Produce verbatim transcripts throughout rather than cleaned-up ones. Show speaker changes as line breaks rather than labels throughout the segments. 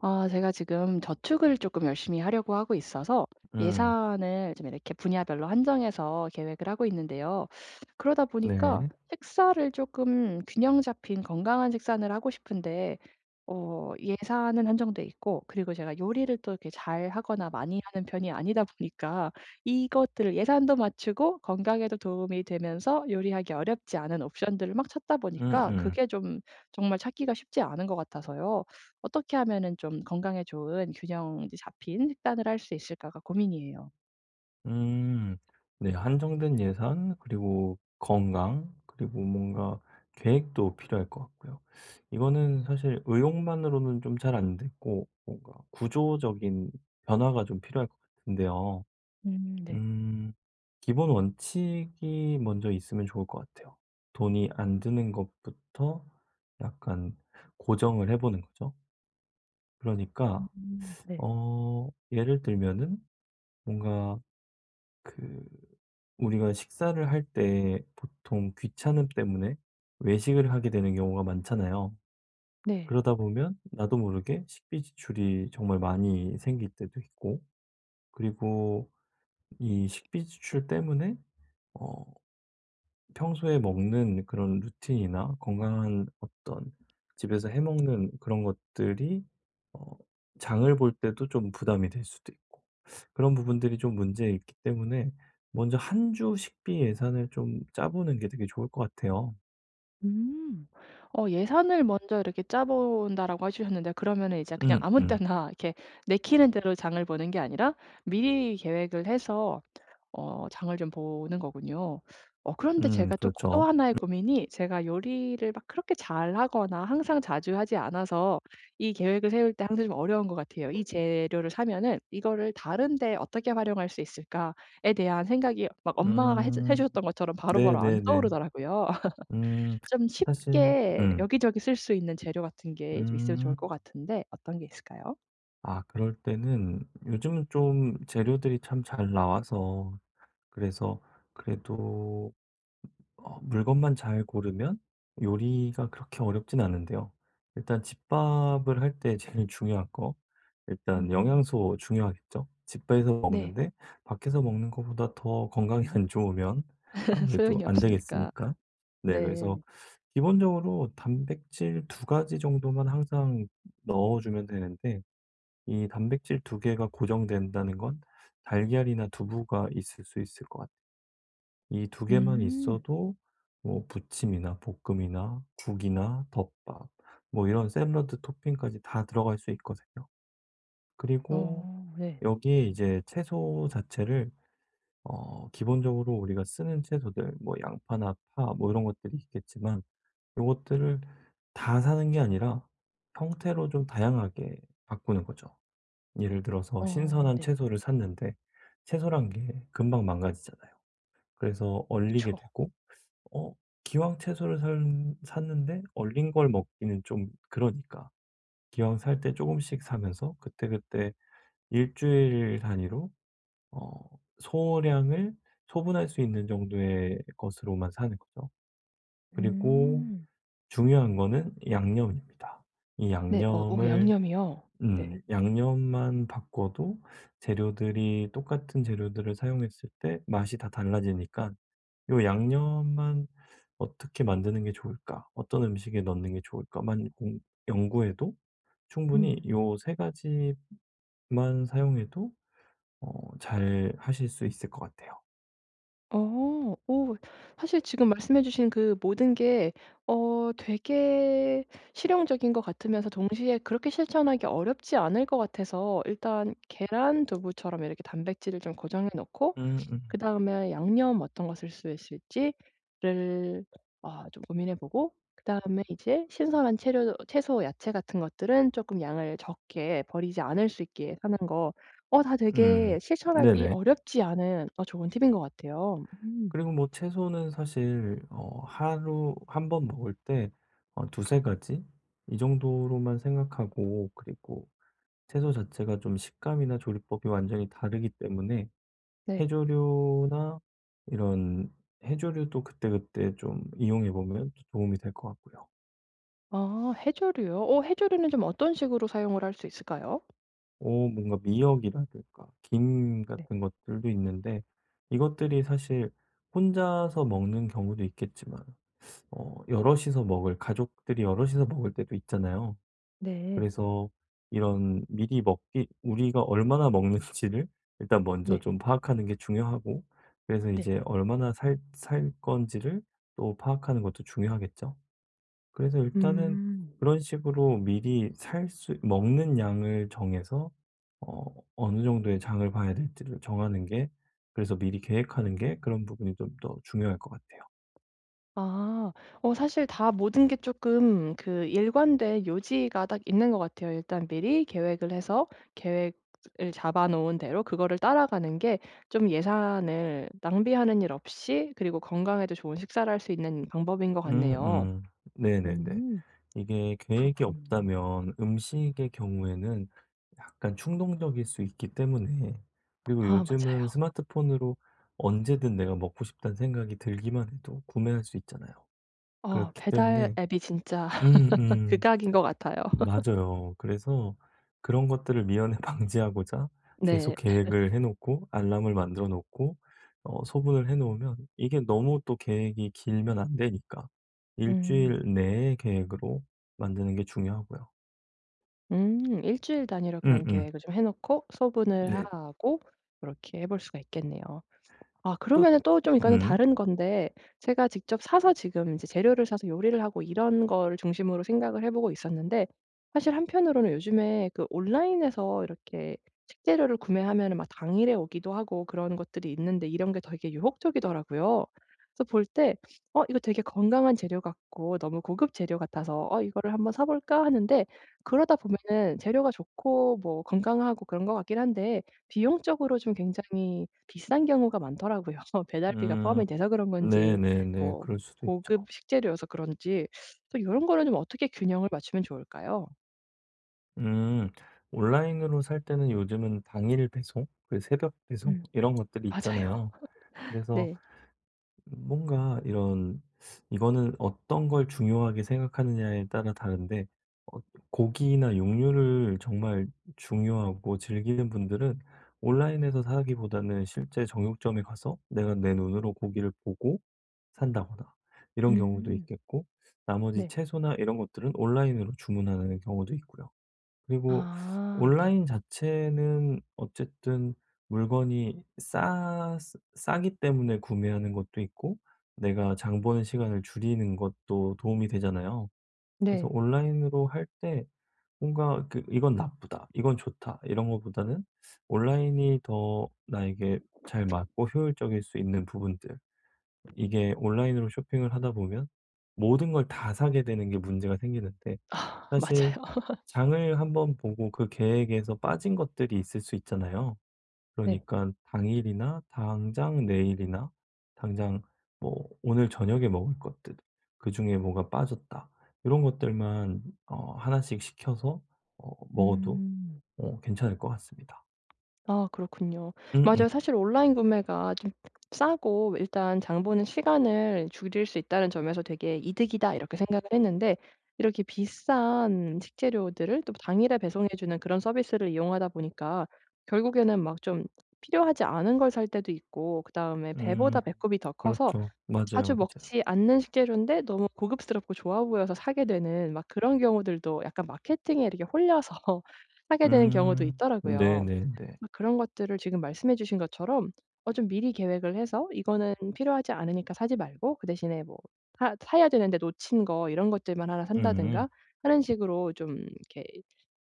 아 제가 지금 저축을 조금 열심히 하려고 하고 있어서
음.
예산을 좀 이렇게 분야별로 한정해서 계획을 하고 있는데요. 그러다 보니까
네.
식사를 조금 균형 잡힌 건강한 식단을 하고 싶은데 어 예산은 한정돼 있고 그리고 제가 요리를 또 이렇게 잘하거나 많이 하는 편이 아니다 보니까 이것들을 예산도 맞추고 건강에도 도움이 되면서 요리하기 어렵지 않은 옵션들을 막 찾다
음음.
보니까
음.
그게 좀 정말 찾기가 쉽지 않은 것 같아서요. 어떻게 하면은 좀 건강에 좋은 균형 잡힌 식단을 할 수 있을까가 고민이에요.
음. 네. 한정된 예산, 그리고 건강, 그리고 뭔가 계획도 필요할 것 같고요. 이거는 사실 의욕만으로는 좀 잘 안 됐고, 뭔가 구조적인 변화가 좀 필요할 것 같은데요.
음 네.
음. 기본 원칙이 먼저 있으면 좋을 것 같아요. 돈이 안 드는 것부터 약간 고정을 해 보는 거죠. 그러니까
음 네.
어 예를 들면은 뭔가 그 우리가 식사를 할 때 보통 귀찮음 때문에 외식을 하게 되는 경우가 많잖아요.
네.
그러다 보면 나도 모르게 식비 지출이 정말 많이 생길 때도 있고, 그리고 이 식비 지출 때문에 어 평소에 먹는 그런 루틴이나 건강한 어떤 집에서 해 먹는 그런 것들이 어 장을 볼 때도 좀 부담이 될 수도 있고, 그런 부분들이 좀 문제있기 때문에 먼저 한 주 식비 예산을 좀 짜 보는 게 되게 좋을 것 같아요.
음. 어 예산을 먼저 이렇게 짜 본다라고 해 주셨는데 그러면은 이제 그냥
음
아무
음.
때나 이렇게 내키는 대로 장을 보는 게 아니라 미리 계획을 해서 어 장을 좀 보는 거군요. 어 그런데
음
제가 또 또
그렇죠.
하나의 고민이 제가 요리를 막 그렇게 잘하거나 항상 자주 하지 않아서 이 계획을 세울 때 항상 좀 어려운 것 같아요. '이 재료를 사면은 이거를 다른 데 어떻게 활용할 수 있을까?'에 대한 생각이 막 엄마가 해 주 해
음.
주셨던 것처럼 바로바로 안
네네네.
떠오르더라고요.
음.
좀
사실
쉽게
음.
여기저기 쓸 수 있는 재료 같은 게 좀 있으면 좋을
음.
것 같은데 어떤 게 있을까요?
아, 그럴 때는 요즘은 좀 재료들이 참 잘 나와서, 그래서 그래도 어 물건만 잘 고르면 요리가 그렇게 어렵진 않은데요. 일단 집밥을 할 때 제일 중요한 거, 일단
음.
영양소 중요하겠죠. 집에서
네.
먹는데 밖에서 먹는 것보다 더 건강이 안 좋으면 아무래도
소용이
안
없으니까.
되겠으니까. 네, 그래서
네.
기본적으로 단백질 두 가지 정도만 항상 넣어주면 되는데, 이 단백질 두 개가 고정된다는 건 달걀이나 두부가 있을 수 있을 것 같아요. 이 두 개만
음.
있어도 뭐 부침이나 볶음이나 국이나 덮밥, 뭐 이런 샐러드 토핑까지 다 들어갈 수 있거든요. 그리고
어 네.
여기에 이제 채소 자체를 어 기본적으로 우리가 쓰는 채소들, 뭐 양파나 파 뭐 이런 것들이 있겠지만, 이것들을 다 사는 게 아니라 형태로 좀 다양하게 바꾸는 거죠. 예를 들어서
어
신선한
네.
채소를 샀는데, 채소란 게 금방 망가지잖아요. 그래서 얼리게
그쵸.
되고, 어 기왕 채소를 살, 샀는데 얼린 걸 먹기는 좀 그러니까 기왕 살 때 조금씩 사면서 그때그때 일 주일 단위로 어 소량을 소분할 수 있는 정도의 것으로만 사는 거죠. 그리고
음.
중요한 거는 양념입니다. 이
네. 어 어
양념을
양념이요? 네.
음 양념만 바꿔도 재료들이, 똑같은 재료들을 사용했을 때 맛이 다달라지니까, 요 양념만 어떻게 만드는 게 좋을까? 어떤 음식에 넣는 게 좋을까?"만 공 연구해도, 충분히
음.
요 세 가지만 사용해도 어 잘 하실 수 있을 것 같아요.
어. 오 사실 지금 말씀해 주신 그 모든 게 어 되게 실용적인 것 같으면서 동시에 그렇게 실천하기 어렵지 않을 것 같아서 일단 계란 두부처럼 이렇게 단백질을 좀 고정해 놓고
음음. 음.
그다음에 양념 어떤 거 쓸 수 있을지를 어 좀 고민해 보고 그다음에 이제 신선한 채료 채소, 야채 같은 것들은 조금 양을 적게 버리지 않을 수 있게 하는 거 어 다 되게
음.
실천하기
네네.
어렵지 않은 어 좋은 팁인 것 같아요. 음
그리고 뭐 채소는 사실 어 하루 한 번 먹을 때어세 가지 이 정도로만 생각하고, 그리고 채소 자체가 좀 식감이나 조리법이 완전히 다르기 때문에
네.
해조류나 이런 해조류도 그때그때 좀 이용해 보면 또 도움이 될 것 같고요.
아 해조류요? 어 해조류는 좀 어떤 식으로 사용을 할 수 있을까요?
오, 뭔가 미역이라든가 김
네.
같은 것들도 있는데, 이것들이 사실 혼자서 먹는 경우도 있겠지만 어 여럿이서 먹을 가족들이 여럿이서 먹을 때도 있잖아요.
네.
그래서 이런 미리 먹기 우리가 얼마나 먹는지를 일단 먼저
네.
좀 파악하는 게 중요하고, 그래서
네.
이제 얼마나 살, 살 건지를 또 파악하는 것도 중요하겠죠. 그래서 일단은
음.
그런 식으로 미리 살 수, 먹는 양을 정해서 어, 어느 정도의 장을 봐야 될지를 정하는 게, 그래서 미리 계획하는 게, 그런 부분이 좀 더 중요할 것 같아요.
아. 어 사실 다 모든 게 조금 그 일관된 요지가 딱 있는 것 같아요. 일단 미리 계획을 해서 계획을 잡아 놓은 대로 그거를 따라가는 게 좀 예산을 낭비하는 일 없이 그리고 건강에도 좋은 식사를 할 수 있는 방법인 것 같네요.
음음. 네네네.
음.
이게 계획이
그렇군요.
없다면 음식의 경우에는 약간 충동적일 수 있기 때문에. 그리고
아
요즘은
맞아요.
스마트폰으로 언제든 내가 먹고 싶다는 생각이 들기만 해도 구매할 수 있잖아요.
어
그렇기
배달
때문에.
앱이 진짜
음음.
극악인 것 같아요.
맞아요. 그래서 그런 것들을 미연에 방지하고자 계속
네.
계획을 해 놓고, 알람을 만들어 놓고 어 소분을 해 놓으면, 이게 너무 또 계획이 길면 안 되니까
음.
일주일 내의 계획으로 만드는 게 중요하고요.
음. 일 주일 단위로 그럼
음음.
계획을 좀 해 놓고 소분을
네.
하고 그렇게 해볼 수가 있겠네요. 아
또.
그러면은 또 좀 이거는
음.
다른 건데 제가 직접 사서 지금 이제 재료를 사서 요리를 하고 이런 거를 중심으로 생각을 해 보고 있었는데 사실 한편으로는 요즘에 그 온라인에서 이렇게 식재료를 구매하면은 막 당일에 오기도 하고 그런 것들이 있는데 이런 게 되게 유혹적이더라고요. 그래서 볼 때 '어 이거 되게 건강한 재료 같고 너무 고급 재료 같아서 어 이거를 한번 사 볼까?' 하는데 그러다 보면은 재료가 좋고 뭐 건강하고 그런 것 같긴 한데 비용적으로 좀 굉장히 비싼 경우가 많더라고요. 배달비가
음.
포함이 돼서 그런 건지
네네네.
뭐
그럴 수도
고급
있죠.
식재료여서 그런지 또 이런 거를 좀 어떻게 균형을 맞추면 좋을까요?
음. 온라인으로 살 때는 요즘은 당일 배송, 그 새벽 배송
음.
이런 것들이
맞아요.
있잖아요. 그래서
네.
뭔가 이런 이거는 어떤 걸 중요하게 생각하느냐에 따라 다른데, 어, 고기나 육류를 정말 중요하고 즐기는 분들은 온라인에서 사기보다는 실제 정육점에 가서 내가 내 눈으로 고기를 보고 산다거나 이런 경우도
음.
있겠고, 나머지
네.
채소나 이런 것들은 온라인으로 주문하는 경우도 있고요. 그리고
아 네.
온라인 자체는 어쨌든 물건이 싸 싸기 때문에 구매하는 것도 있고, 내가 장 보는 시간을 줄이는 것도 도움이 되잖아요. 그래서
네.
온라인으로 할 때, 뭔가 그 '이건 나쁘다. 이건 좋다.' 이런 것보다는, 온라인이 더 나에게 잘 맞고 효율적일 수 있는 부분들, 이게 온라인으로 쇼핑을 하다 보면 모든 걸 다 사게 되는 게 문제가 생기는데, 사실
맞아요.
장을 한번 보고 그 계획에서 빠진 것들이 있을 수 있잖아요.
네.
그러니까 당일이나 당장 내일이나, 당장 뭐 오늘 저녁에 먹을 것들, 그중에 뭐가 빠졌다, 이런 것들만 어, 하나씩 시켜서 어, 먹어도
음.
어, 괜찮을 것 같습니다.
아 그렇군요.
음,
맞아요.
음,
사실 온라인 구매가 좀 싸고 일단 '장 보는 시간을 줄일 수 있다.'는 점에서 되게 '이득이다.' 이렇게 생각을 했는데 이렇게 비싼 식재료들을 또 당일에 배송해 주는 그런 서비스를 이용하다 보니까 결국에는 막 좀 필요하지 않은 걸 살 때도 있고 그다음에 배보다
음,
배꼽이 더 커서
그렇죠.
자주
맞아요, 맞아요.
먹지 않는 식재료인데 너무 고급스럽고 좋아 보여서 사게 되는 막 그런 경우들도 약간 마케팅에 이렇게 홀려서 사게 되는 경우도
음,
있더라고요.
네네네.
아 그런 것들을 지금 말씀해 주신 것처럼 어 좀 미리 계획을 해서 이거는 필요하지 않으니까 사지 말고 그 대신에 뭐 사 사야 되는데 놓친 거 이런 것들만 하나
음,
산다든가 하는 식으로 좀 이렇게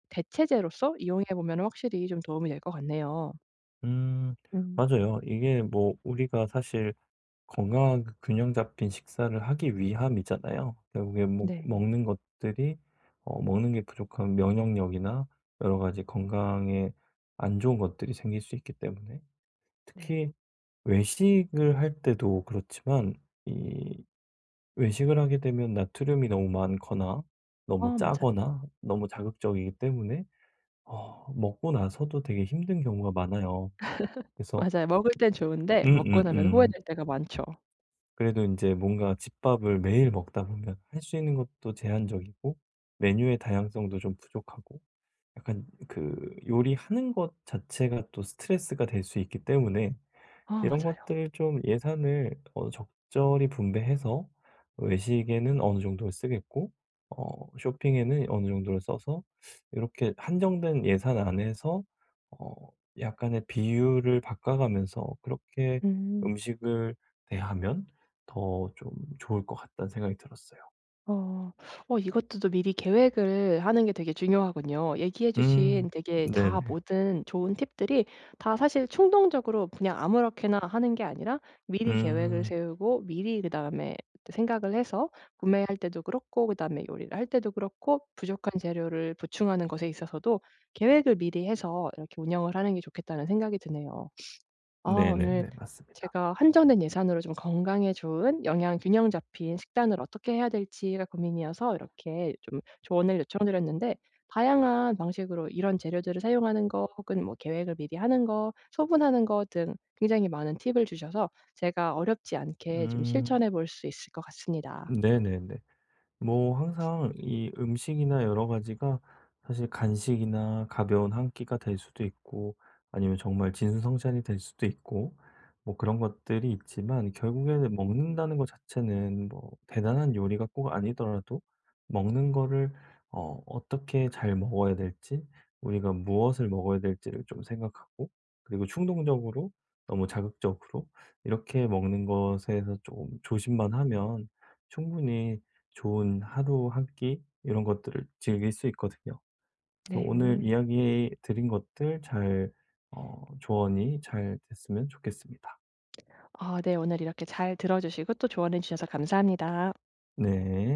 대체제로서 이용해 보면 확실히 좀 도움이 될 것 같네요.
음,
음
맞아요. 이게 뭐 우리가 사실 건강하게 균형 잡힌 식사를 하기 위함이잖아요. 결국에 먹,
네.
먹는 것들이, 어 먹는 게 부족한 면역력이나 여러 가지 건강에 안 좋은 것들이 생길 수 있기 때문에,
네.
특히 외식을 할 때도 그렇지만, 이 외식을 하게 되면 나트륨이 너무 많거나 너무
어 맞아요.
짜거나 너무 자극적이기 때문에 어 먹고 나서도 되게 힘든 경우가 많아요. 그래서.
맞아요. 먹을 땐 좋은데 먹고 나면
음음음.
후회될 때가 많죠.
그래도 인제 뭔가 집밥을 매일 먹다 보면 할 수 있는 것도 제한적이고, 메뉴의 다양성도 좀 부족하고, 약간 그 요리하는 것 자체가 또 스트레스가 될 수 있기 때문에,
아
이런
맞아요.
것들 좀 예산을 어 적절히 분배해서 외식에는 어느 정도를 쓰겠고, 어 쇼핑에는 어느 정도를 써서, 이렇게 한정된 예산 안에서 어 약간의 비율을 바꿔가면서 그렇게
음.
음식을 대하면 더 좀 좋을 것 같다는 생각이 들었어요.
어. 어 이것도 또 미리 계획을 하는 게 되게 중요하군요. 얘기해
음.
주신 되게 다
네네.
모든 좋은 팁들이 다 사실 충동적으로 그냥 아무렇게나 하는 게 아니라 미리 계획을
음.
세우고 미리 그다음에 생각을 해서 구매할 때도 그렇고 그다음에 요리를 할 때도 그렇고 부족한 재료를 보충하는 것에 있어서도 계획을 미리 해서 이렇게 운영을 하는 게 좋겠다는 생각이 드네요. 아 오늘
네네네. 맞습니다.
제가 한정된 예산으로 좀 건강에 좋은 영양 균형 잡힌 식단을 어떻게 해야 될지가 고민이어서 이렇게 좀 조언을 요청드렸는데 다양한 방식으로 이런 재료들을 사용하는 거 혹은 뭐 계획을 미리 하는 거, 소분하는 거 등 굉장히 많은 팁을 주셔서 제가 어렵지 않게 좀
음.
실천해 볼 수 있을 것 같습니다.
네네네. 뭐 항상 이 음식이나 여러 가지가 사실 간식이나 가벼운 한 끼가 될 수도 있고, 아니면 정말 진수성찬이 될 수도 있고, 뭐 그런 것들이 있지만, 결국에는 먹는다는 것 자체는 뭐 대단한 요리가 꼭 아니더라도, 먹는 거를 어, 어떻게 잘 먹어야 될지, 우리가 무엇을 먹어야 될지를 좀 생각하고, 그리고 충동적으로, 너무 자극적으로 이렇게 먹는 것에서 조금 조심만 하면 충분히 좋은 하루 한끼 이런 것들을 즐길 수 있거든요. 그래서 오늘
네.
이야기 드린 것들 잘 어 조언이 잘 됐으면 좋겠습니다.
아 네. 오늘 이렇게 잘 들어 주시고 또 조언해 주셔서 감사합니다.
네.